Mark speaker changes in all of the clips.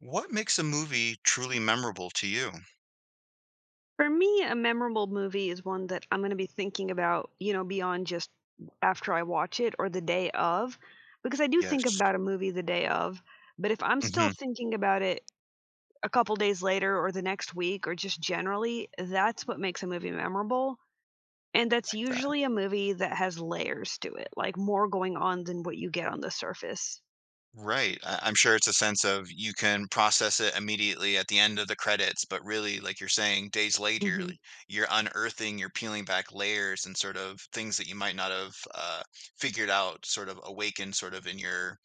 Speaker 1: What makes a movie truly memorable to you?
Speaker 2: For me, a memorable movie is one that I'm gonna be thinking about beyond just after I watch it or the day of, because I do think
Speaker 1: Yes.
Speaker 2: about a movie the day of, but if I'm still
Speaker 1: Mhm.
Speaker 2: thinking about it a couple days later or the next week or just generally, that's what makes a movie memorable, and that's
Speaker 1: Like that.
Speaker 2: usually a movie that has layers to it, like more going on than what you get on the surface.
Speaker 1: Right. I'm sure it's a sense of you can process it immediately at the end of the credits, but really, like you're saying, days later,
Speaker 2: Mhm.
Speaker 1: like, you're unearthing, you're peeling back layers and sort of things that you might not have figured out, sort of awakened, sort of in your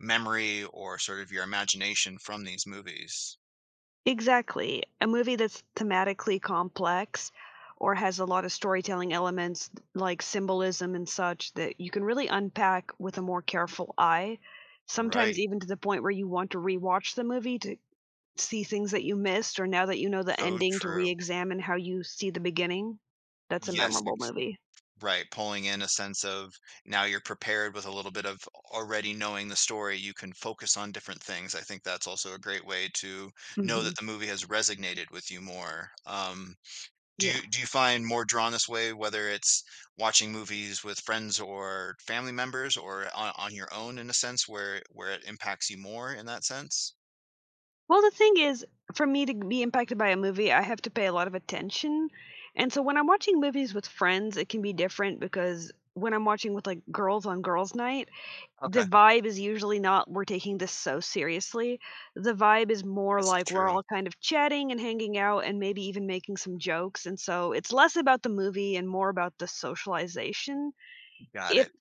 Speaker 1: memory or sort of your imagination from these movies.
Speaker 2: Exactly. A movie that's thematically complex or has a lot of storytelling elements like symbolism and such that you can really unpack with a more careful eye. Sometimes
Speaker 1: Right.
Speaker 2: even to the point where you want to rewatch the movie to see things that you missed or now that you know the
Speaker 1: So
Speaker 2: ending to
Speaker 1: true.
Speaker 2: re-examine how you see the beginning. That's a
Speaker 1: Yes.
Speaker 2: memorable movie.
Speaker 1: Right, pulling in a sense of now you're prepared with a little bit of already knowing the story, you can focus on different things. I think that's also a great way to know
Speaker 2: Mhm.
Speaker 1: that the movie has resonated with you more.
Speaker 2: Yeah.
Speaker 1: Do you find more drawn this way, whether it's watching movies with friends or family members or on your own in a sense where it impacts you more in that sense?
Speaker 2: Well, the thing is, for me to be impacted by a movie, I have to pay a lot of attention. And so when I'm watching movies with friends, it can be different because when I'm watching with like girls on girls' night, the
Speaker 1: Okay.
Speaker 2: vibe is usually not we're taking this so seriously. The vibe is more
Speaker 1: This is
Speaker 2: like we're
Speaker 1: true.
Speaker 2: all kind of chatting and hanging out and maybe even making some jokes. And so it's less about the movie and more about the socialization.
Speaker 1: Got
Speaker 2: If
Speaker 1: it.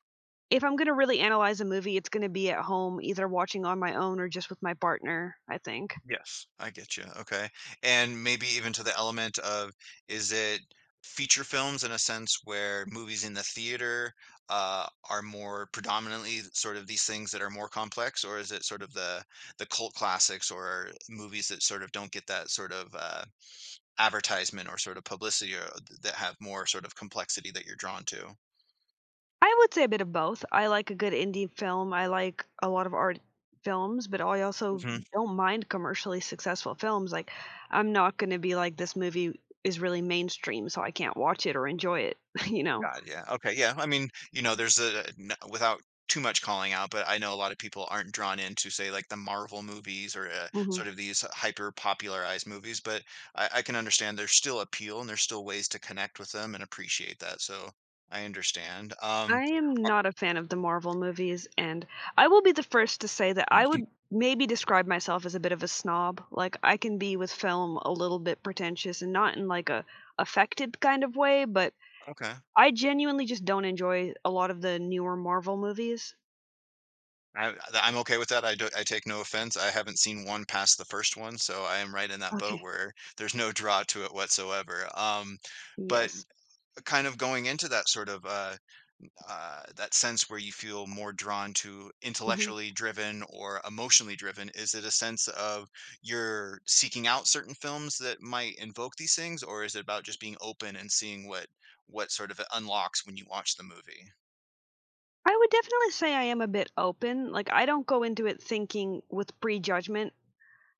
Speaker 2: if I'm going to really analyze a movie, it's going to be at home either watching on my own or just with my partner, I think.
Speaker 1: Yes, I get you. Okay. And maybe even to the element of is it feature films in a sense where movies in the theater are more predominantly sort of these things that are more complex, or is it sort of the cult classics or movies that sort of don't get that sort of advertisement or sort of publicity or that have more sort of complexity that you're drawn to?
Speaker 2: I would say a bit of both. I like a good indie film. I like a lot of art films, but I also don't mind commercially successful films. Like, I'm not going to be like, this movie is really mainstream, so I can't watch it or enjoy it, you know?
Speaker 1: God, yeah. Okay, yeah. I mean, you know, there's a n without too much calling out, but I know a lot of people aren't drawn into, say, like the Marvel movies or sort
Speaker 2: Hmm.
Speaker 1: of these hyper popularized movies, but I can understand there's still appeal and there's still ways to connect with them and appreciate that. So I understand.
Speaker 2: I am
Speaker 1: O-
Speaker 2: not a fan of the Marvel movies, and I will be the first to say that I would maybe describe myself as a bit of a snob. Like, I can be with film a little bit pretentious and not in like a affected kind of way, but
Speaker 1: okay.
Speaker 2: I genuinely just don't enjoy a lot of the newer Marvel movies.
Speaker 1: I'm okay with that. I do, I take no offense. I haven't seen one past the first one, so I am right in that boat
Speaker 2: Okay.
Speaker 1: where there's no draw to it whatsoever. But
Speaker 2: Yes.
Speaker 1: kind of going into that sort of that sense where you feel more drawn to
Speaker 2: Mhm.
Speaker 1: intellectually driven or emotionally driven? Is it a sense of you're seeking out certain films that might invoke these things, or is it about just being open and seeing what sort of it unlocks when you watch the movie?
Speaker 2: I would definitely say I am a bit open, like, I don't go into it thinking with prejudgment.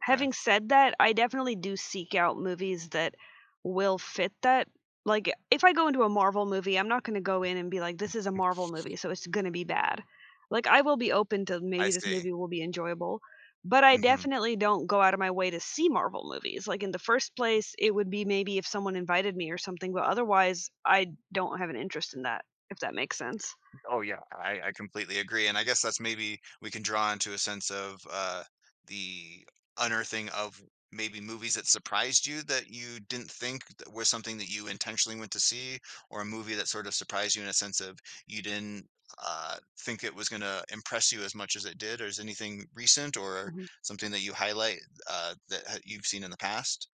Speaker 1: Okay,
Speaker 2: Having said that, I definitely do seek out movies that will fit that. Like, if I go into a Marvel movie, I'm not gonna go in and be like, "This is a Marvel movie, so it's gonna be bad." Like, I will be open to
Speaker 1: I
Speaker 2: maybe this
Speaker 1: see.
Speaker 2: movie will be enjoyable, but I
Speaker 1: Mm-hmm.
Speaker 2: definitely don't go out of my way to see Marvel movies. Like, in the first place, it would be maybe if someone invited me or something, but otherwise, I don't have an interest in that, if that makes sense.
Speaker 1: Oh yeah, I completely agree, and I guess that's maybe we can draw into a sense of the unearthing of maybe movies that surprised you that you didn't think that were something that you intentionally went to see, or a movie that sort of surprised you in a sense of you didn't think it was going to impress you as much as it did. Or is anything recent or something that you highlight that you've seen in the past?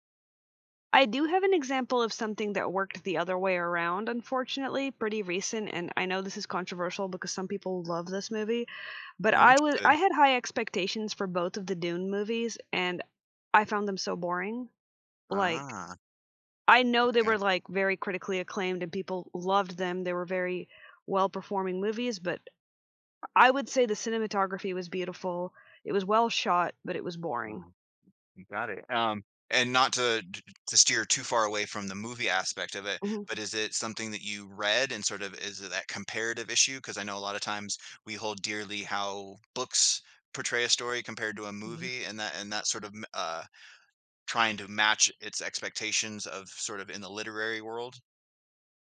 Speaker 2: I do have an example of something that worked the other way around, unfortunately, pretty recent, and I know this is controversial because some people love this movie, but
Speaker 1: I'm
Speaker 2: I was
Speaker 1: interested.
Speaker 2: I had high expectations for both of the Dune movies, and I found them so boring. Like,
Speaker 1: Ah,
Speaker 2: I know they
Speaker 1: okay.
Speaker 2: were, like, very critically acclaimed and people loved them, they were very well-performing movies, but I would say the cinematography was beautiful, it was well shot, but it was boring.
Speaker 1: Got it. And not to to steer too far away from the movie aspect of it,
Speaker 2: Mhm.
Speaker 1: but is it something that you read and sort of is it that comparative issue? Because I know a lot of times we hold dearly how books portray a story compared to a movie, and that sort of trying to match its expectations of sort of in the literary world.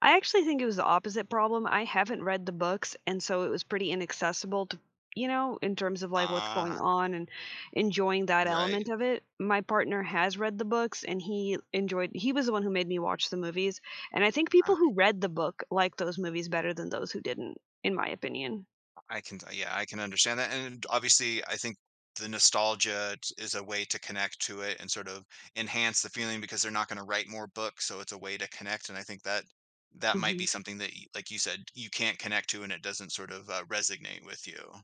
Speaker 2: I actually think it was the opposite problem. I haven't read the books, and so it was pretty inaccessible to in terms of like what's going
Speaker 1: Ah,
Speaker 2: on and enjoying that
Speaker 1: right.
Speaker 2: element of it. My partner has read the books and he was the one who made me watch the movies. And I think people who read the book like those movies better than those who didn't, in my opinion.
Speaker 1: I can yeah, I can understand that, and obviously, I think the nostalgia is a way to connect to it and sort of enhance the feeling because they're not going to write more books, so it's a way to connect, and I think that that might
Speaker 2: Hmm.
Speaker 1: be something that, like you said, you can't connect to, and it doesn't sort of resonate with you.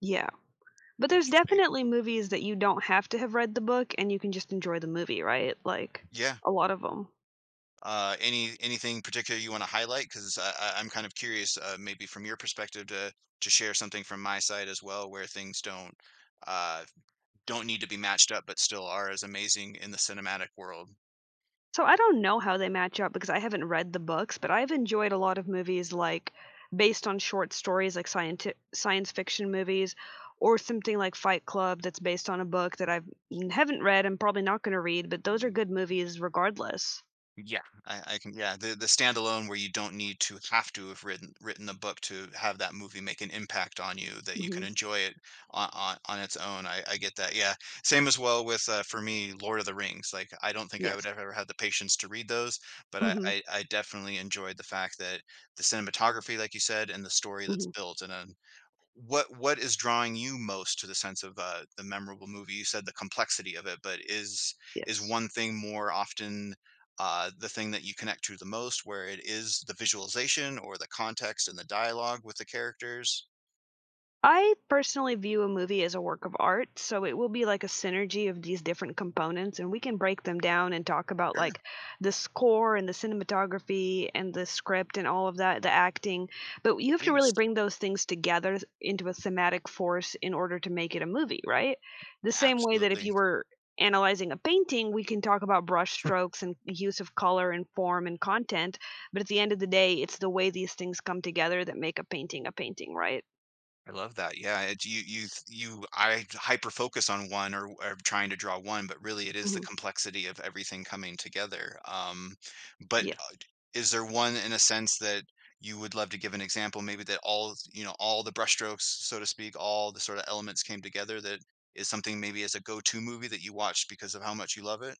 Speaker 2: Yeah. But there's
Speaker 1: Interesting.
Speaker 2: definitely movies that you don't have to have read the book and you can just enjoy the movie, right? Like
Speaker 1: Yeah.
Speaker 2: a lot of them.
Speaker 1: Any anything particular you want to highlight? Because I'm kind of curious, maybe from your perspective, to share something from my side as well, where things uh, don't need to be matched up, but still are as amazing in the cinematic world.
Speaker 2: So I don't know how they match up because I haven't read the books, but I've enjoyed a lot of movies like based on short stories like science fiction movies or something like Fight Club that's based on a book that I've haven't read and probably not gonna read, but those are
Speaker 1: Mm,
Speaker 2: good movies regardless.
Speaker 1: yeah, I can. Yeah, the standalone where you don't need to have written the book to have that movie make an impact on you, that you can
Speaker 2: Mhm.
Speaker 1: enjoy it on its own. I get that. Yeah, same as well with for me, Lord of the Rings. Like I don't think I
Speaker 2: Yes.
Speaker 1: would ever have the patience to read those, but
Speaker 2: Mhm.
Speaker 1: I definitely enjoyed the fact that the cinematography, like you said, and the story that's
Speaker 2: Mhm.
Speaker 1: built in a What is drawing you most to the sense of, the memorable movie? You said the complexity of it, but is
Speaker 2: Yes.
Speaker 1: one thing more often, the thing that you connect to the most, where it is the visualization or the context and the dialogue with the characters?
Speaker 2: I personally view a movie as a work of art, so it will be like a synergy of these different components, and we can break them down and talk about
Speaker 1: Sure,
Speaker 2: like the score and the cinematography and the script and all of that, the acting. But you have to really
Speaker 1: please.
Speaker 2: bring those things together into a thematic force in order to make it a movie, right? The same way that if
Speaker 1: Absolutely.
Speaker 2: you were analyzing a painting, we can talk about brush strokes and use of color and form and content. But at the end of the day, it's the way these things come together that make a painting, right?
Speaker 1: I love that. Yeah, it, you I hyper focus on one or trying to draw one, but really it is the complexity of everything coming together. But
Speaker 2: Yeah.
Speaker 1: is there one in a sense that you would love to give an example, maybe that all you know all the brushstrokes, so to speak, all the sort of elements came together that is something maybe as a go-to movie that you watched because of how much you love it?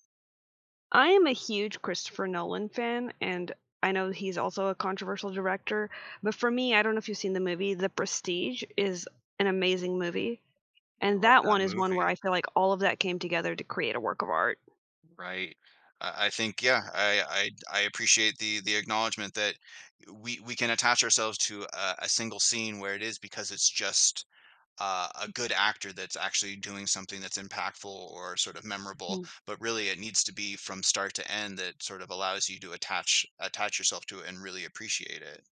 Speaker 2: I am a huge Christopher Nolan fan, and I know he's also a controversial director, but for me, I don't know if you've seen the movie, The Prestige is an amazing movie,
Speaker 1: I
Speaker 2: and
Speaker 1: love
Speaker 2: that
Speaker 1: that
Speaker 2: one is one where I
Speaker 1: movie.
Speaker 2: feel like all of that came together to create a work of art.
Speaker 1: Right. I think, yeah, I appreciate the acknowledgement that we can attach ourselves to a single scene where it is because it's just a good actor that's actually doing something that's impactful or sort of memorable. But really, it needs to be from start to end that sort of allows you to attach yourself to it and really appreciate it.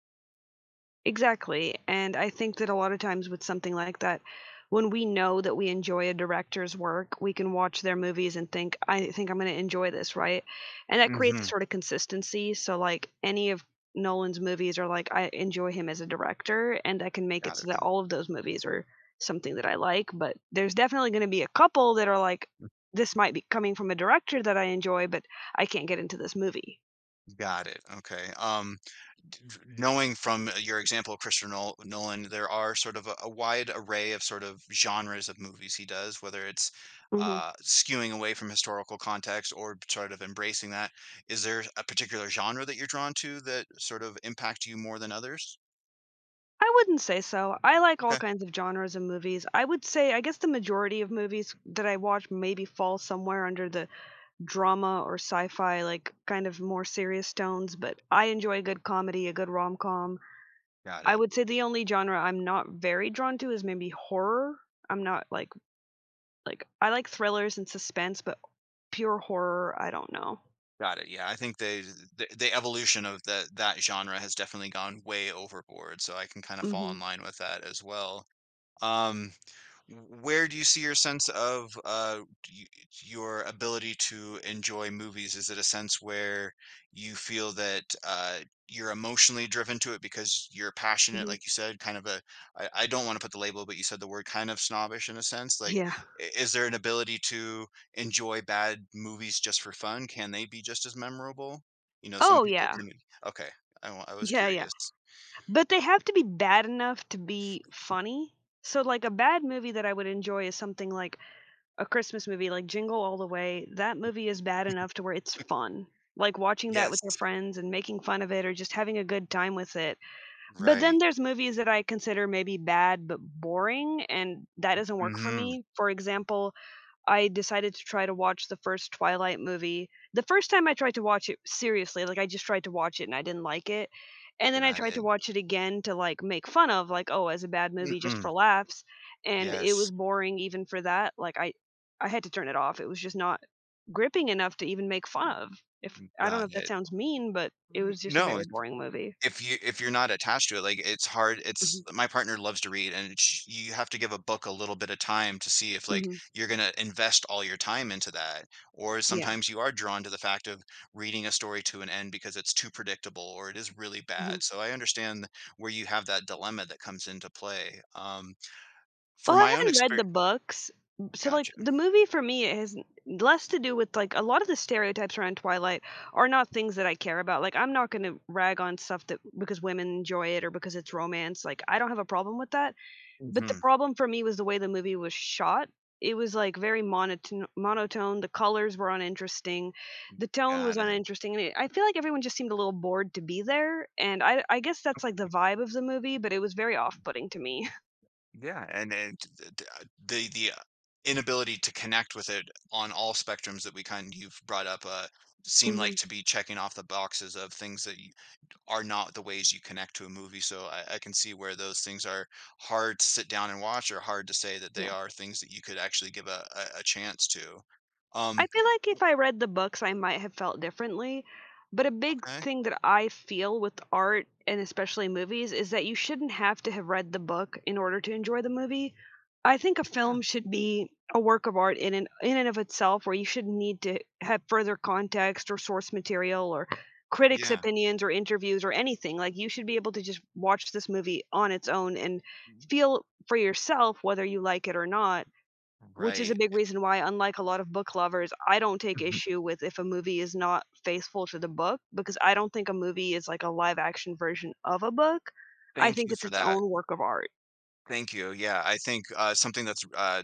Speaker 2: Exactly, and I think that a lot of times with something like that, when we know that we enjoy a director's work, we can watch their movies and think, "I think I'm gonna enjoy this," right? And that creates a
Speaker 1: Hmm.
Speaker 2: sort of consistency, so, like, any of Nolan's movies are like, I enjoy him as a director, and I can make it
Speaker 1: Got it.
Speaker 2: so that all of those movies are something that I like, but there's definitely gonna be a couple that are like, "This might be coming from a director that I enjoy, but I can't get into this movie."
Speaker 1: Got it. Okay. Um, knowing from your example of Christopher Nolan, there are sort of a wide array of sort of genres of movies he does, whether it's
Speaker 2: Mhm.
Speaker 1: skewing away from historical context or sort of embracing that. Is there a particular genre that you're drawn to that sort of impact you more than others?
Speaker 2: I wouldn't say so. I like all
Speaker 1: Okay,
Speaker 2: kinds of genres of movies. I would say I guess the majority of movies that I watch maybe fall somewhere under the drama or sci-fi, like, kind of more serious tones, but I enjoy a good comedy, a good rom-com.
Speaker 1: got
Speaker 2: I
Speaker 1: it.
Speaker 2: would say the only genre I'm not very drawn to is maybe horror. I'm not I like thrillers and suspense, but pure horror, I don't know.
Speaker 1: Got it. Yeah, I think they, the evolution of that genre has definitely gone way overboard, so I can kind of fall in
Speaker 2: Mhm,
Speaker 1: line with that as well. Um, where do you see your sense of y- your ability to enjoy movies? Is it a sense where you feel that you're emotionally driven to it because you're passionate,
Speaker 2: mhm.
Speaker 1: like you said, kind of I don't want to put the label, but you said the word kind of snobbish in a sense. Like,
Speaker 2: Yeah.
Speaker 1: is there an ability to enjoy bad movies just for fun? Can they be just as memorable? You know, some
Speaker 2: Oh,
Speaker 1: people
Speaker 2: yeah.
Speaker 1: can. Okay, I was
Speaker 2: Yeah, yeah.
Speaker 1: curious.
Speaker 2: But they have to be bad enough to be funny. So, like, a bad movie that I would enjoy is something like a Christmas movie, like Jingle All the Way. That movie is bad enough to where it's fun. Like, watching that with
Speaker 1: Yes.
Speaker 2: your friends and making fun of it or just having a good time with it. But then
Speaker 1: Right.
Speaker 2: there's movies that I consider maybe bad but boring, and that doesn't work for
Speaker 1: Mm-hmm.
Speaker 2: me. For example, I decided to try to watch the first Twilight movie. The first time I tried to watch it seriously, like, I just tried to watch it and I didn't like it, and then I
Speaker 1: Got
Speaker 2: tried to
Speaker 1: it.
Speaker 2: watch it again to, like, make fun of, like, "Oh, as a bad movie just
Speaker 1: Hmm.
Speaker 2: for laughs," and it
Speaker 1: Yes,
Speaker 2: was boring even for that, like, I had to turn it off, it was just not gripping enough to even make fun of, if I don't know
Speaker 1: got
Speaker 2: if that
Speaker 1: it.
Speaker 2: sounds mean, but it
Speaker 1: N
Speaker 2: was just a
Speaker 1: no,
Speaker 2: very boring movie.
Speaker 1: if you if you're not attached to it, like, it's hard it's
Speaker 2: Mhm.
Speaker 1: my partner loves to read, and sh you have to give a book a little bit of time to see if, like,
Speaker 2: Mhm.
Speaker 1: you're gonna invest all your time into that, or
Speaker 2: Yeah.
Speaker 1: sometimes you are drawn to the fact of reading a story to an end because it's too predictable or it is really
Speaker 2: Mhm.
Speaker 1: bad, so I understand where you have that dilemma that comes into play, for
Speaker 2: Well, I
Speaker 1: my own
Speaker 2: haven't read the
Speaker 1: experience,
Speaker 2: books. So, like,
Speaker 1: gotcha.
Speaker 2: the movie for me has less to do with like a lot of the stereotypes around Twilight are not things that I care about. Like, I'm not going to rag on stuff that because women enjoy it or because it's romance. Like, I don't have a problem with that. But the
Speaker 1: Mhm,
Speaker 2: problem for me was the way the movie was shot. It was like very monotone. The colors were uninteresting. The tone was
Speaker 1: got it.
Speaker 2: uninteresting. And I feel like everyone just seemed a little bored to be there. And I guess that's like the vibe of the movie, but it was very off putting to me.
Speaker 1: Yeah, and the inability to connect with it on all spectrums that we kind you've brought up seem like
Speaker 2: Hmm.
Speaker 1: to be checking off the boxes of things that you are not the ways you connect to a movie. So I can see where those things are hard to sit down and watch, or hard to say that they
Speaker 2: Yeah.
Speaker 1: are things that you could actually give a chance to. Um,
Speaker 2: I feel like
Speaker 1: w-
Speaker 2: if I read the books, I might have felt differently, but a big
Speaker 1: okay,
Speaker 2: thing that I feel with art, and especially movies, is that you shouldn't have to have read the book in order to enjoy the movie. I think a
Speaker 1: yeah,
Speaker 2: film should be a work of art in and of itself, where you shouldn't need to have further context or source material or critics'
Speaker 1: yeah,
Speaker 2: opinions or interviews or anything. Like, you should be able to just watch this movie on its own and
Speaker 1: mm,
Speaker 2: feel for yourself whether you like it or not. Which is a
Speaker 1: right.
Speaker 2: big reason why, unlike a lot of book lovers, I don't take issue with if a movie is not faithful to the book, because I don't think a movie is like a live action version of a book. I
Speaker 1: Thank
Speaker 2: think
Speaker 1: you
Speaker 2: it's
Speaker 1: for
Speaker 2: its
Speaker 1: that.
Speaker 2: own work of art.
Speaker 1: Thank you. Yeah, I think something that's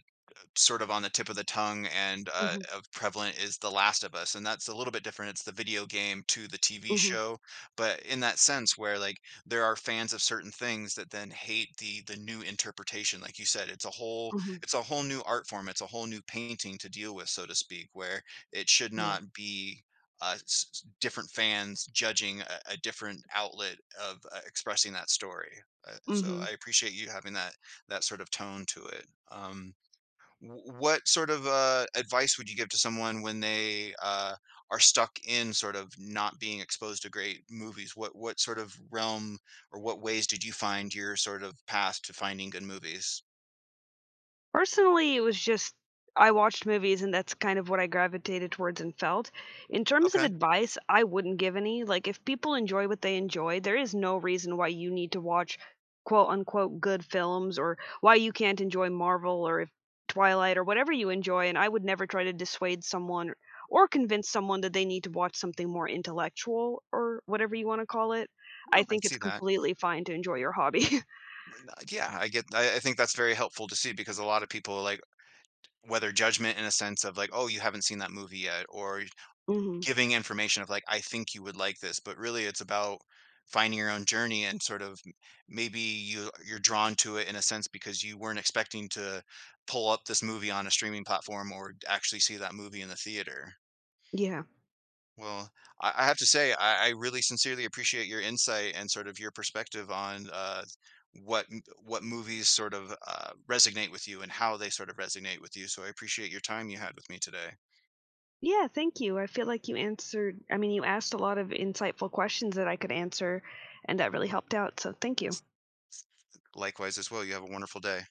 Speaker 1: sort of on the tip of the tongue and
Speaker 2: Mhm,
Speaker 1: of prevalent is The Last of Us, and that's a little bit different. It's the video game to the TV
Speaker 2: mhm,
Speaker 1: show, but in that sense where like there are fans of certain things that then hate the new interpretation. Like you said,
Speaker 2: mhm.
Speaker 1: it's a whole new art form. It's a whole new painting to deal with, so to speak, where it should
Speaker 2: Yeah.
Speaker 1: not be different fans judging a different outlet of expressing that story. So
Speaker 2: Mhm.
Speaker 1: I appreciate you having that that sort of tone to it. Wh what sort of, advice would you give to someone when they, are stuck in sort of not being exposed to great movies? What sort of realm or what ways did you find your sort of path to finding good movies?
Speaker 2: Personally, it was just I watched movies and that's kind of what I gravitated towards and felt. In terms of
Speaker 1: Okay.
Speaker 2: advice, I wouldn't give any. Like if people enjoy what they enjoy, there is no reason why you need to watch quote unquote good films or why you can't enjoy Marvel or if Twilight or whatever you enjoy and I would never try to dissuade someone or convince someone that they need to watch something more intellectual or whatever you want to call it.
Speaker 1: No,
Speaker 2: I
Speaker 1: I
Speaker 2: think
Speaker 1: see
Speaker 2: it's
Speaker 1: that.
Speaker 2: completely fine to enjoy your hobby.
Speaker 1: Yeah, I think that's very helpful to see because a lot of people, like, whether judgment in a sense of like, "Oh, you haven't seen that movie yet," or
Speaker 2: Mhm.
Speaker 1: giving information of like, I think you would like this, but really it's about finding your own journey and sort of maybe you're drawn to it in a sense because you weren't expecting to pull up this movie on a streaming platform or actually see that movie in the theater.
Speaker 2: Yeah.
Speaker 1: Well, I have to say I really sincerely appreciate your insight and sort of your perspective on what what movies sort of resonate with you and how they sort of resonate with you. So I appreciate your time you had with me today.
Speaker 2: Yeah, thank you. I feel like you answered I mean, you asked a lot of insightful questions that I could answer, and that really helped out, so thank you.
Speaker 1: Likewise as well. You have a wonderful day.